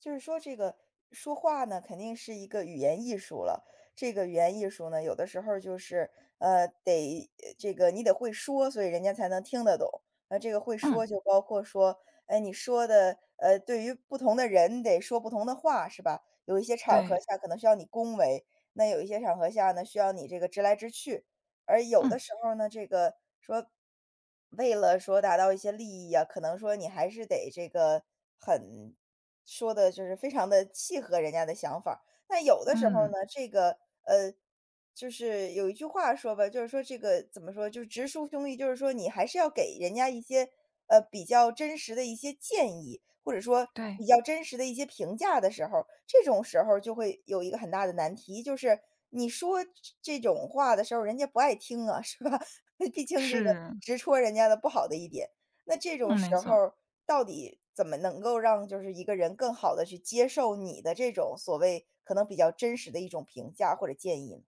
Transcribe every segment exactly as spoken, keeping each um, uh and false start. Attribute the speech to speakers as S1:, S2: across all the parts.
S1: 就是说这个说话呢，肯定是一个语言艺术了。这个语言艺术呢，有的时候就是，呃，得呃这个你得会说，所以人家才能听得懂。呃，这个会
S2: 嗯，
S1: 说就包括说，哎，你说的，呃，对于不同的人得说不同的话，是吧？有一些场合
S2: 对，
S1: 下可能需要你恭维，那有一些场合下呢，需要你这个直来直去。而有的
S2: 嗯，
S1: 时候呢，这个说为了说达到一些利益啊，可能说你还是得这个很说的就是非常的契合人家的想法儿。那有的时候嗯
S2: 嗯，
S1: 呢，这个，呃，就是有一句话说吧，就是说这个怎么说，就是直抒胸臆，就是说你还是要给人家一些，呃，比较真实的一些建议，或者说比
S2: 对，
S1: 较真实的一些评价的时候，这种时候就会有一个很大的难题，就是你说这这种话的时候，人家不爱听啊，是吧？毕竟这个
S2: 是，
S1: 直戳人家的不好的一点。那这种
S2: 嗯，
S1: 时
S2: 没错。
S1: 候到底怎么能够让就是一个人更好的去接受你的这种所谓可能比较真实的一种评价或者建议呢？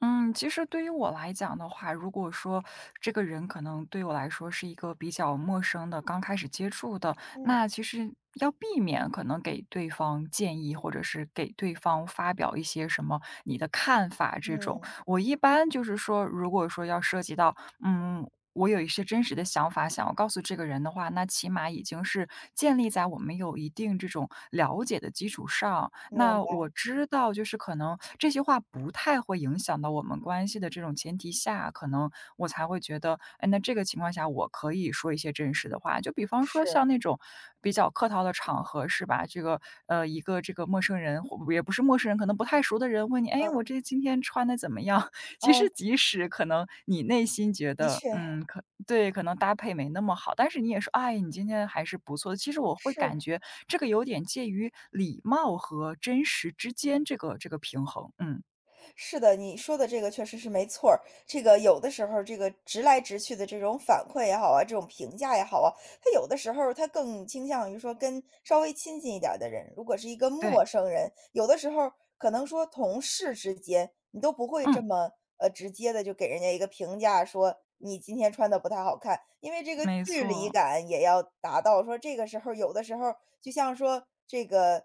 S2: 嗯，其实对于我来讲的话，如果说这个人可能对我来说是一个比较陌生的，刚开始接触的，
S1: 嗯。
S2: 那其实要避免可能给对方建议，或者是给对方发表一些什么你的看法这种。
S1: 嗯。
S2: 我一般就是说，如果说要涉及到嗯，我有一些真实的想法想要告诉这个人的话，那起码已经是建立在我们有一定这种了解的基础上。
S1: 明
S2: 那
S1: 白。
S2: 我知道，就是可能这些话不太会影响到我们关系的这种前提下，可能我才会觉得，哎，那这个情况下我可以说一些真实的话。就比方说
S1: 是。
S2: 像那种比较客套的场合，是吧？这个呃，一个这个陌生人，或也不是陌生人，可能不太熟的人问你，
S1: 嗯。
S2: 哎，我这今天穿的怎么样？其
S1: 哦，
S2: 实即使可能你内心觉
S1: 的
S2: 得，
S1: 确，
S2: 嗯，可对，可能搭配没那么好，但是你也说，哎，你今天还是不错的。其实我会感
S1: 是。
S2: 觉这个有点介于礼貌和真实之间这个这个平衡，嗯，
S1: 是的，你说的这个确实是没错儿。这个有的时候这个直来直去的这种反馈也好啊，这种评价也好啊，他有的时候他更倾向于说跟稍微亲近一点儿的人，如果是一个陌
S2: 对，
S1: 生人，有的时候可能说同事之间，你都不会这
S2: 嗯，
S1: 么呃直接的就给人家一个评价说你今天穿的不太好看，因为这个
S2: 没
S1: 距离
S2: 错，
S1: 感也要达到。说这个时候有的时候就像说这个。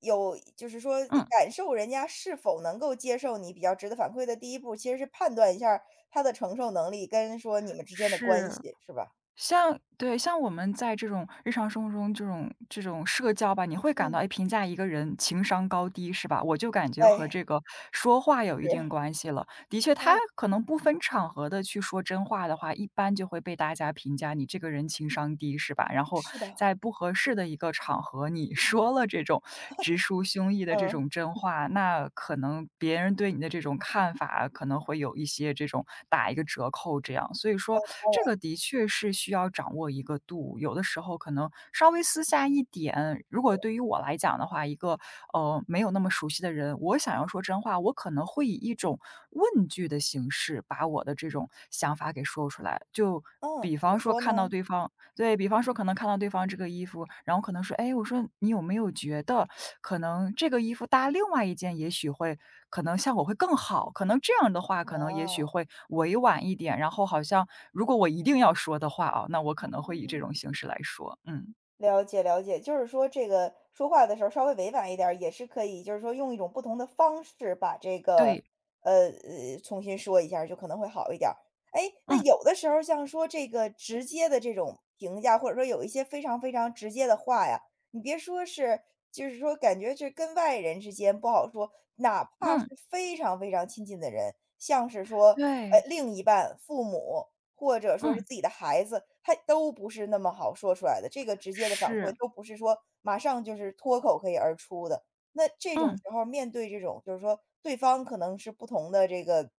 S1: 有，就是说，
S2: 嗯。
S1: 感受人家是否能够接受你比较值得反馈的第一步，其实是判断一下儿他的承受能力跟说你们之间的关
S2: 是，
S1: 系，是吧？
S2: 像对，像我们在这种日常生活中这种这种社交吧，你会感到，
S1: 嗯。
S2: 哎，评价一个人情商高低是吧？我就感觉和
S1: 哎，
S2: 这个说话有
S1: 是。
S2: 一定关系了。的确，
S1: 当
S2: 他
S1: 然。
S2: 可能不分场合的去说真话的话，一般就会被大家评价你这个人情商低是吧？然后
S1: 是的。
S2: 在不合适的一个场合，你 说了这种直抒胸臆的这
S1: 嗯。
S2: 种真话，那可能别人对你的这种看法可能会有一些这种打一个折扣这样。样所以说这个的确是需要掌握一个度，有的时候可能稍微私下一点，如果对于我来讲的话，一个，呃，没有那么熟悉的人，我想要说真话，我可能会以一种问句的形式把我的这种想法给说出来。就
S1: 嗯，
S2: 比
S1: 怎么
S2: 方说
S1: 说呢？
S2: 看到对方对，比方说可能看到对方这个衣服，然后可能说：“哎，我说你有没有觉得可能这个衣服搭另外一件，也许会可能效果会更好。可能这样的话，可能也许
S1: 啊，
S2: 会委婉一点，然后好像如果我一定要说的话啊，那我可能会以这种形式来说。嗯，
S1: 了解了解，就是说这个说话的时候稍微委婉一点儿，也是可以，就是说用一种不同的方式把这个，
S2: 对，
S1: 呃呃，重新说一下儿就可能会好一点儿。哎，那
S2: 嗯
S1: 有的时候像说这个直接的这种评价，或者说有一些非常非常直接的话呀，你别说是，就是说感觉这跟外人之间不好说，哪怕是
S2: 嗯，
S1: 非常非常亲近的人，像是说，呃，
S2: 对，
S1: 另一半、父母。或者说是
S2: 嗯，
S1: 自己的孩子，他都不是那么好说出来的。这个直接的反馈
S2: 是，
S1: 都不是说马上就是脱口可以而出的。那这种
S2: 嗯
S1: 时候面对这种就是说对方可能是不同的这个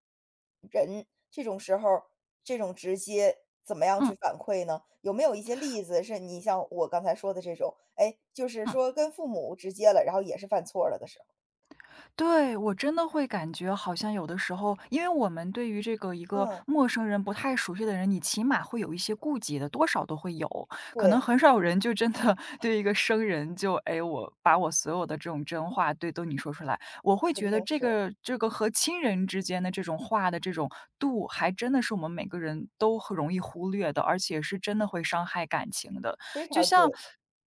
S1: 人，这种时候这种直接怎么样去
S2: 嗯
S1: 反馈呢？有没有一些例子是你像我刚才说的这种，哎，就是
S2: 嗯。
S1: 说跟父母直接了，然后也是犯错了的时候？
S2: 对，我真的会感觉好像有的时候，因为我们对于这个一个
S1: 嗯。
S2: 陌生人、不太熟悉的人，你起码会有一些顾忌的，多少都会有。可能
S1: 对。
S2: 很少有人就真的 对一个生人就，哎，我把我所有的这种真话对都你说出来，我会
S1: 肯
S2: 觉得
S1: 定
S2: 这
S1: 是。
S2: 个这个和亲人之间的这种话的这种度，还真的是我们每个人都很容易忽略的，而且是真的会伤害感情的。
S1: 非
S2: 就
S1: 常
S2: 像
S1: 对。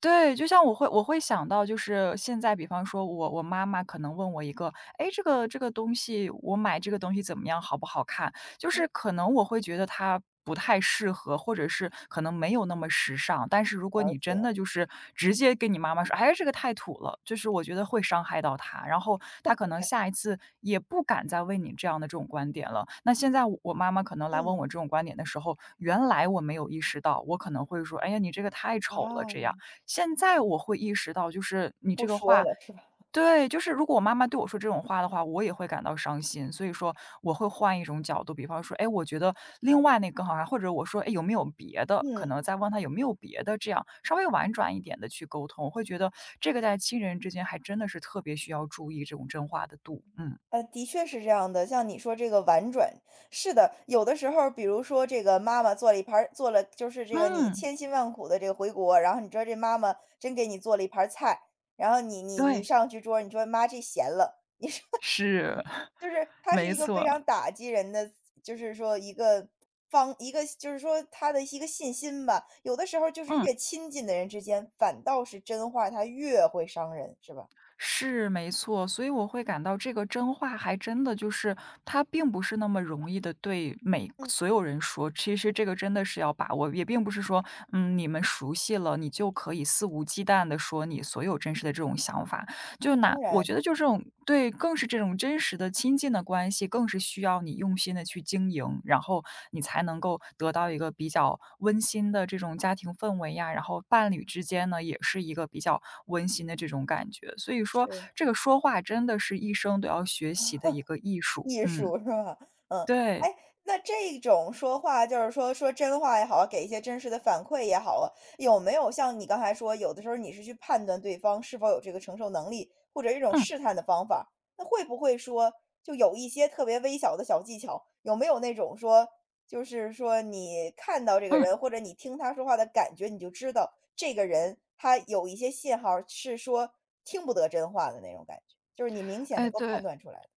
S2: 对，就像我会我会想到就是现在比方说我我妈妈可能问我一个，哎，这个这个东西我买这个东西怎么样，好不好看？就是
S1: 嗯。
S2: 可能我会觉得它不太适合，或者是可能没有那么时尚，但是如果
S1: 了
S2: 你真
S1: 解。
S2: 的就是直接跟你妈妈说，哎，这个太土了，就是我觉得会伤害到她，然后她可能下一次也不敢再问你这样的这种观点了。那现在我我妈妈可能来问我
S1: 嗯。
S2: 这种观点的时候，原来我没有意识到，我可能会说，哎呀，你这个太丑了，这
S1: 啊，
S2: 样。现在我会意识到，就是你
S1: 不
S2: 这个
S1: 说
S2: 话
S1: 了是吧？
S2: 对，就是如果我妈妈对我说这种话的话，我也会感到伤心。所以说我会换一种角度，比方说，哎，我觉得另外那个更好啊，或者我说，哎，有没有别的？可
S1: 嗯。
S2: 能再问他有没有别的，这样稍微婉转一点的去沟通。我会觉得这个在亲人之间还真的是特别需要注意这种真话的度。嗯
S1: 呃，的确是这样的。像你说这个婉转，是的，有的时候，比如说这个妈妈做了一盘儿做了就是这个你
S2: 嗯，
S1: 千辛万苦的这个回国，然后你知道这妈妈真给你做了一盘儿菜，然后你你你
S2: 对，
S1: 上去桌儿你说妈这咸了，
S2: 是，
S1: 就是它是
S2: 没
S1: 一个非
S2: 错，
S1: 常打击人的，就是说一个方一个就是说他的一个信心吧。有的时候就是
S2: 嗯。
S1: 越亲近的人之间，反倒是真话，他越会伤人，是吧？
S2: 是，没错，所以我会感到这个真话还真的就是它并不是那么容易的对每
S1: 嗯。
S2: 所有人说，其实这个真的是要把握，也并不是说，嗯，你们熟悉了，你就可以肆无忌惮的说你所有真实的这种想法。就
S1: 当
S2: 哪我
S1: 然
S2: 觉得就这种对，更是这种真实的亲近的关系，更是需要你用心的去经营，然后你才能够得到一个比较温馨的这种家庭氛围呀，然后伴侣之间呢，也是一个比较温馨的这种感觉。所以说
S1: 是。
S2: 这个说话真的是一生都要学习的一个艺术。
S1: 艺
S2: 嗯，
S1: 术是吧？嗯。
S2: 对，
S1: 哎，那这种说话，就是说说真话也好啊，给一些真实的反馈也好啊，有没有像你刚才说，有的时候你是去判断对方是否有这个承受能力，或者一种
S2: 嗯，
S1: 试探的方法？那会不会说，就有一些特别微小的小技巧？有没有那种说，就是说你看到这个
S2: 嗯，
S1: 人，或者你听他说话的感觉，你就知道这个人他有一些信号是说听不得真话的那种感觉，就是你明显能
S2: 哎，
S1: 够判
S2: 对。
S1: 断出来的。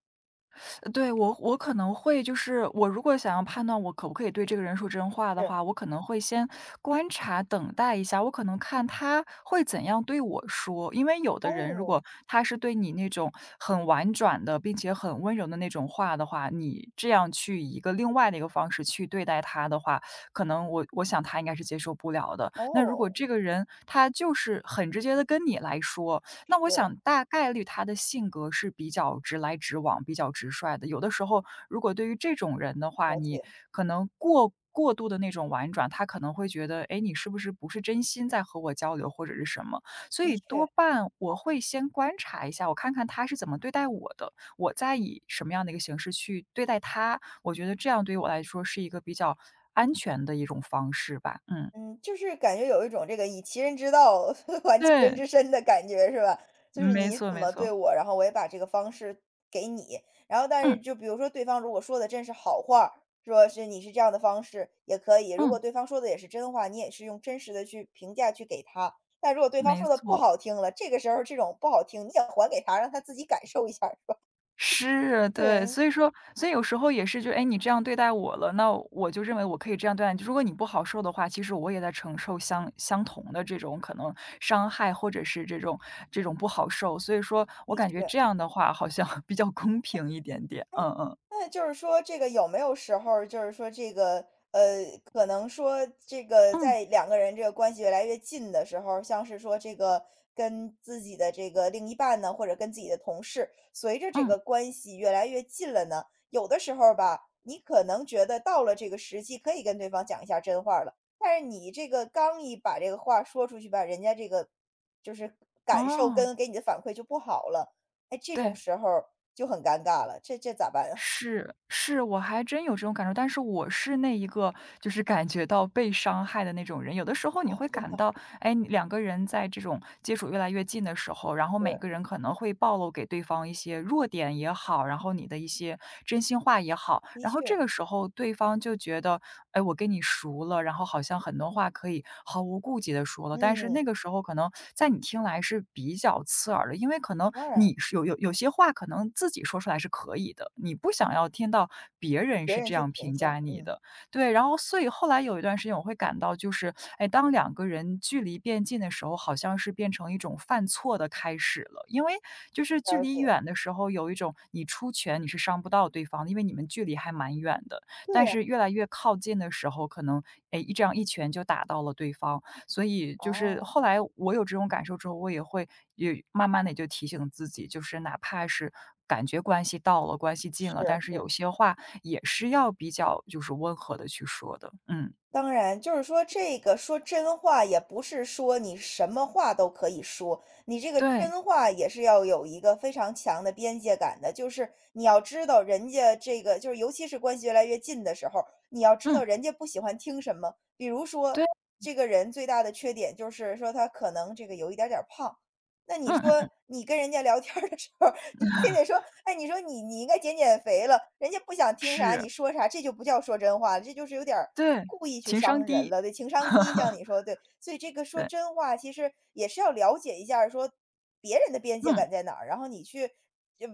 S2: 呃对，我我可能会就是我如果想要判断我可不可以对这个人说真话的
S1: 是。
S2: 话，我可能会先观察、等待一下，我可能看他会怎样对我说。因为有的人如
S1: 哦。
S2: 果他是对你那种很婉转的，并且很温柔的那种话的话，你这样去以一个另外的一个方式去对待他的话，可能我我想他应该是接受不了的。那如果
S1: 哦。
S2: 这个人他就是很直接的跟你来说，那
S1: 是。
S2: 我想大概率他的性格是比较直来直往、比较直率的。有的时候，如果对于这种人的话，
S1: 了
S2: 你
S1: 解。
S2: 可能过过度的那种婉转，他可能会觉得，哎，你是不是不是真心在和我交流或者是什么？所
S1: 的
S2: 以
S1: 确。
S2: 多半我会先观察一下，我看看他是怎么对待我的，我再以什么样的一个形式去对待他。我觉得这样对于我来说是一个比较安全的一种方式吧。嗯，
S1: 嗯，就是感觉有一种这个以其人之道 还其人
S2: 对，
S1: 之身的感觉是吧？就是
S2: 没
S1: 你
S2: 错
S1: 怎
S2: 没
S1: 么对
S2: 错，
S1: 我，然后我也把这个方式给你，然后但是
S2: 嗯
S1: 就比如说对方如果说的真是好话说是你是这样的方式也可以，如果
S2: 嗯，
S1: 对方说的也是真话，你也是用真实的去评价去给他。但如果对方
S2: 没
S1: 说的不
S2: 错。
S1: 好听了，这个时候这种不好听你也还给他，让他自己感受一下是吧？
S2: 是，对，
S1: 对。
S2: 所以说所以有时候也是就，哎，你这样对待我了，那我就认为我可以这样对待你。如果你不好受的话，其实我也在承受相相同的这种可能伤害，或者是这种这种不好受。所以说我
S1: 的
S2: 感觉
S1: 确。
S2: 这样的话好像 比较公平一点点，嗯嗯。
S1: 那就是说这个有没有时候儿就是说这个，呃，可能说这个
S2: 嗯，
S1: 在两个人这个关系越来越近的时候，像是说这个跟自己的这个另一半呢，或者跟自己的同事，随着这个
S2: 嗯，
S1: 关系越来越近了呢，有的时候儿吧，你可能觉得到了这个时机，可以跟对方讲一下真话儿了，但是你这个刚一把这个话说出去吧，人家这个就是感受
S2: 哦，
S1: 跟给你的反馈就不好了，哎，这种
S2: 对，
S1: 时候儿就很尴尬了，这这咋办啊？
S2: 是，是，我还真有这种感受，但是我是那一个就是感觉到被伤害的那种人。有的时候你
S1: 哦，
S2: 会
S1: 真
S2: 感
S1: 的。
S2: 到哎，两个人在这种接触越来越近的时候，然后每
S1: 是。
S2: 个人可能会暴露给对方一些弱点也好，然后你的一些真心话也好，
S1: 的
S2: 然后这
S1: 确。
S2: 个时候对方就觉得，哎，我跟你熟了，然后好像很多话可以毫无顾忌的说了，但是
S1: 嗯。
S2: 那个时候可能在你听来是比较刺耳的，因为可能
S1: 当然。
S2: 你是有有有些话可能自己说出来是可以的，你不想要听到别人
S1: 别
S2: 是
S1: 人
S2: 这
S1: 去
S2: 样
S1: 评
S2: 评
S1: 价。
S2: 价你
S1: 嗯。
S2: 的，对，然后所以后来有一段时间我会感到就是，哎，当两个人距离变近的时候，好像是变成一种犯错的开始了。因为就是距
S1: 了
S2: 离
S1: 解。
S2: 远的时候，有一种你出拳你是伤不到对方的，因为你们距离还蛮远的。
S1: 对
S2: 但
S1: 呀。
S2: 是越来越靠近的时候，可能哎一这样一拳就打到了对方。所以就是
S1: 啊。
S2: 后来我有这种感受之后，我也会也慢慢的就提醒自己，就是哪怕是感觉关系到了，关系近
S1: 是
S2: 了，但是
S1: 是。
S2: 有些话也是要比较就是温和的去说的。嗯，
S1: 当然，就是说这个说真话，也不是说你什么话都可以说，你这个
S2: 对，
S1: 真话也是要有一个非常强的边界感的。就是你要知道人家这个，就是尤其是关系越来越近的时候，你要知道
S2: 嗯，
S1: 人家不喜欢听什么。比如说，
S2: 对，
S1: 这个人最大的缺点就是说他可能这个有一点儿点儿胖，那你
S2: 嗯嗯
S1: 说
S2: 嗯，
S1: 你跟人家聊天儿的时候，你非得说，哎，你说你你应该减减肥了，人家不想听啥，你
S2: 是，
S1: 说啥，这就不叫说真话了，这就是有点儿
S2: 对，
S1: 故意去
S2: 情商
S1: 伤人
S2: 低，
S1: 了，对，情商低，像你说的对。所以这个说
S2: 对，
S1: 真话，其实也是要了解一下儿说别人的边界
S2: 嗯，
S1: 感在哪儿，然后你去就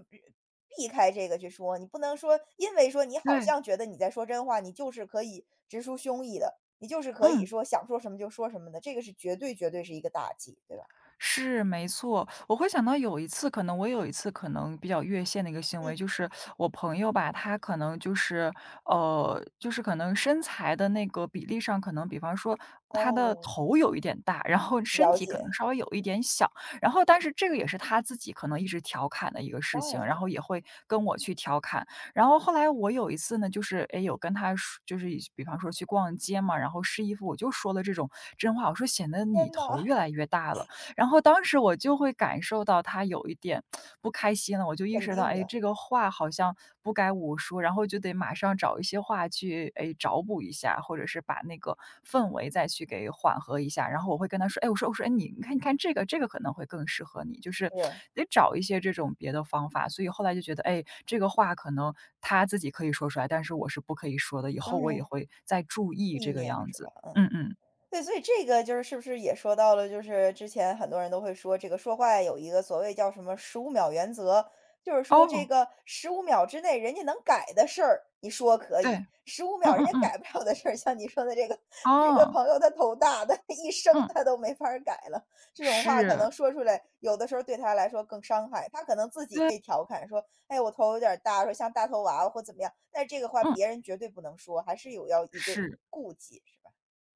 S1: 避开这个去说，你不能说因为说你好
S2: 对，
S1: 像觉得你在说真话，你就是可以直抒胸臆的，你就是可以
S2: 嗯。
S1: 说想说什么就说什么的，这个是绝对绝对是一个大忌，对吧？
S2: 是，没错，我会想到有一次，可能我有一次可能比较越线的一个行
S1: 嗯。
S2: 为，就是我朋友吧，他可能就是，呃，就是可能身材的那个比例上，可能比方说他的
S1: 哦。
S2: 头有一点大，然后身
S1: 了
S2: 体可能
S1: 解。
S2: 稍微有一点小，然后但是这个也是他自己可能一直调侃的一个事
S1: 当
S2: 情，
S1: 然
S2: 然
S1: 当
S2: 后
S1: 然。
S2: 也会跟我去调侃，然后后来我有一次呢，就是诶有跟他说就是比方说去逛街嘛，然后试衣服，我就说了这种真话，我说显得你
S1: 天
S2: 头
S1: 呐。
S2: 越来越大了。然后当时我就会感受到他有一点不开心了，我就意
S1: 肯
S2: 识到，
S1: 定
S2: 哎，
S1: 的。
S2: 这个话好像不该我说，然后就得马上找一些话去，哎，找补一下，或者是把那个氛围再去给缓和一下。然后我会跟他说，哎，我说我说，哎，你你看你看这个这个可能会更适合你，就是
S1: 是。
S2: 得找一些这种别的方法。所以后来就觉得，哎，这个话可能他自己可以说出来，但是我是不可以说的，以后
S1: 当
S2: 我也
S1: 然
S2: 会再注意
S1: 避
S2: 这个
S1: 免
S2: 样
S1: 是
S2: 子。
S1: 吧？嗯。
S2: 嗯嗯，
S1: 对，所以这个就是是不是也说到了，就是之前很多人都会说，这个说话有一个所谓叫什么十五秒原则”，就是说这
S2: 哦，
S1: 个十五秒之内人家能改的事儿，你说可
S2: 对，
S1: 以十五
S2: 嗯
S1: 秒人
S2: 嗯
S1: 家
S2: 嗯，
S1: 改不了的事儿，像你说的这个，你这个
S2: 哦，
S1: 朋友他头大，他一生
S2: 嗯。
S1: 他都没法儿改了。这种话可
S2: 是，
S1: 能说出来，有的时候对他来说更伤害，他可能自己
S2: 对，
S1: 可以调侃说：“哎，我头有点儿大，说像大头娃娃或怎么样。”但是这个话
S2: 嗯，
S1: 别人绝对不能说，还是有要一个
S2: 是，
S1: 顾忌，是吧？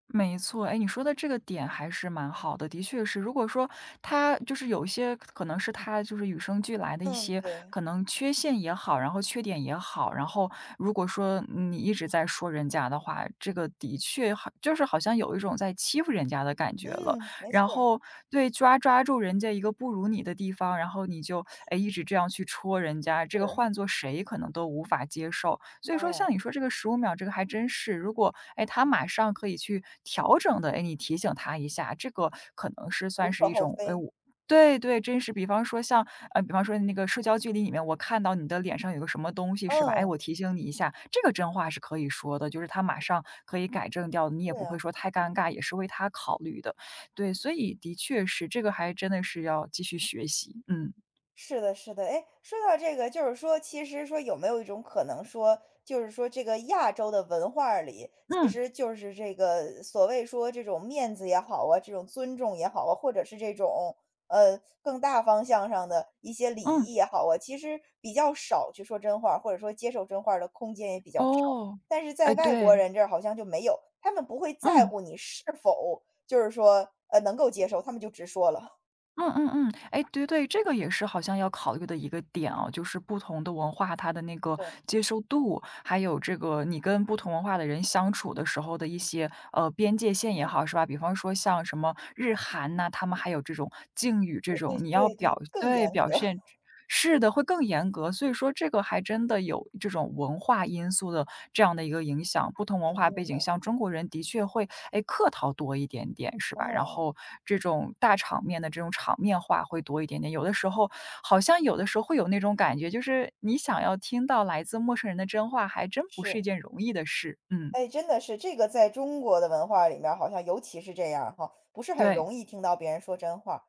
S2: 没错。哎，你说的这个点还是蛮好的，的确是。如果说他就是有一些可能是他就是与生俱来的一
S1: 嗯。
S2: 些
S1: 对。
S2: 可能缺陷也好，然后缺点也好，然后如果说你一直在说人家的话，这个的确好，就是好像有一种在欺负人家的感觉了。
S1: 嗯。没
S2: 然
S1: 错儿
S2: 后对抓抓住人家一个不如你的地方，然后你就哎一直这样去戳人家，这个
S1: 是。
S2: 换做谁可能都无法接受。所以
S1: 当
S2: 说
S1: 然。
S2: 像你说这个十五秒这个还真是，如果，哎，他马上可以去调整的，哎，你提醒他一下，这个可能是
S1: 无
S2: 算是
S1: 可
S2: 一
S1: 厚
S2: 种，哎，
S1: 非。
S2: 我对对，真是比方说像呃，比方说那个社交距离里面，我看到你的脸上有个什么东西是吧？哎，
S1: 嗯。
S2: 我提醒你一下，这个真话是可以说的，就是他马上可以改正掉的，你也
S1: 对
S2: 不会
S1: 啊。
S2: 说太尴尬，也是为他考虑的。对，所以的确是，这个还真的是要继续学习，嗯。
S1: 是的，是的，哎，说到这个，就是说，其实说有没有一种可能说，就是说这个亚洲的文化儿里，其
S2: 嗯，
S1: 实就是这个所谓说这种面子也好啊，这种尊重也好啊，或者是这种呃更大方向上的一些礼
S2: 嗯，
S1: 仪也好啊，其实比较少去说真话或者说接受真话儿的空间也比较少。
S2: 哦，
S1: 但是在
S2: 哎，
S1: 外国
S2: 对，
S1: 人这儿好像就没有，他们不会在
S2: 嗯。
S1: 乎你是否就是说呃能够接受，他们就直说了。
S2: 嗯嗯嗯，哎，对对，这个也是好像要考虑的一个点哦，就是不同的文化，它的那 个
S1: 对。
S2: 接受度，还有这个你跟不同文化的人相处的时候的一些呃边界线也
S1: 嗯。
S2: 好，是吧？比方说像什么日韩呐、他们还有这种敬语这
S1: 哎，
S2: 种，你要
S1: 对对，
S2: 表
S1: 更
S2: 对
S1: 严格，
S2: 表现。是的，会更严格。所以说这个还真的有这种文化因素的这样的一个影响，不同文
S1: 肯
S2: 化背
S1: 定
S2: 景，
S1: 的。
S2: 像中国人的确会，哎，客套多一点点，是吧？
S1: 当
S2: 然
S1: 然
S2: 后这种大场面的这种场面话会多一点点。有的时候好像有的时候会有那种感觉，就是你想要听到来自陌生人的真话，还真不是
S1: 是。
S2: 一件容易的事。嗯，
S1: 哎，真的是这个在中国的文化里面儿好像尤其是这样儿哈，不是很
S2: 对，
S1: 容易听到别人说真话。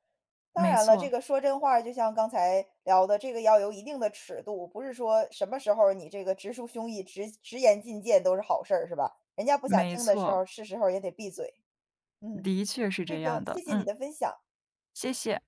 S1: 当
S2: 没
S1: 然了，这
S2: 错，
S1: 个说真话就像刚才聊的，这个要有一定的尺度，不是说什么时候儿你这个直抒胸臆、直直言进谏都是好事儿，是吧？人家不想
S2: 没
S1: 听的时候
S2: 错，
S1: 儿是时候儿也得闭嘴。嗯，
S2: 的确是
S1: 这
S2: 这
S1: 个
S2: 样的。
S1: 谢谢你
S2: 嗯，
S1: 的分享。
S2: 谢谢。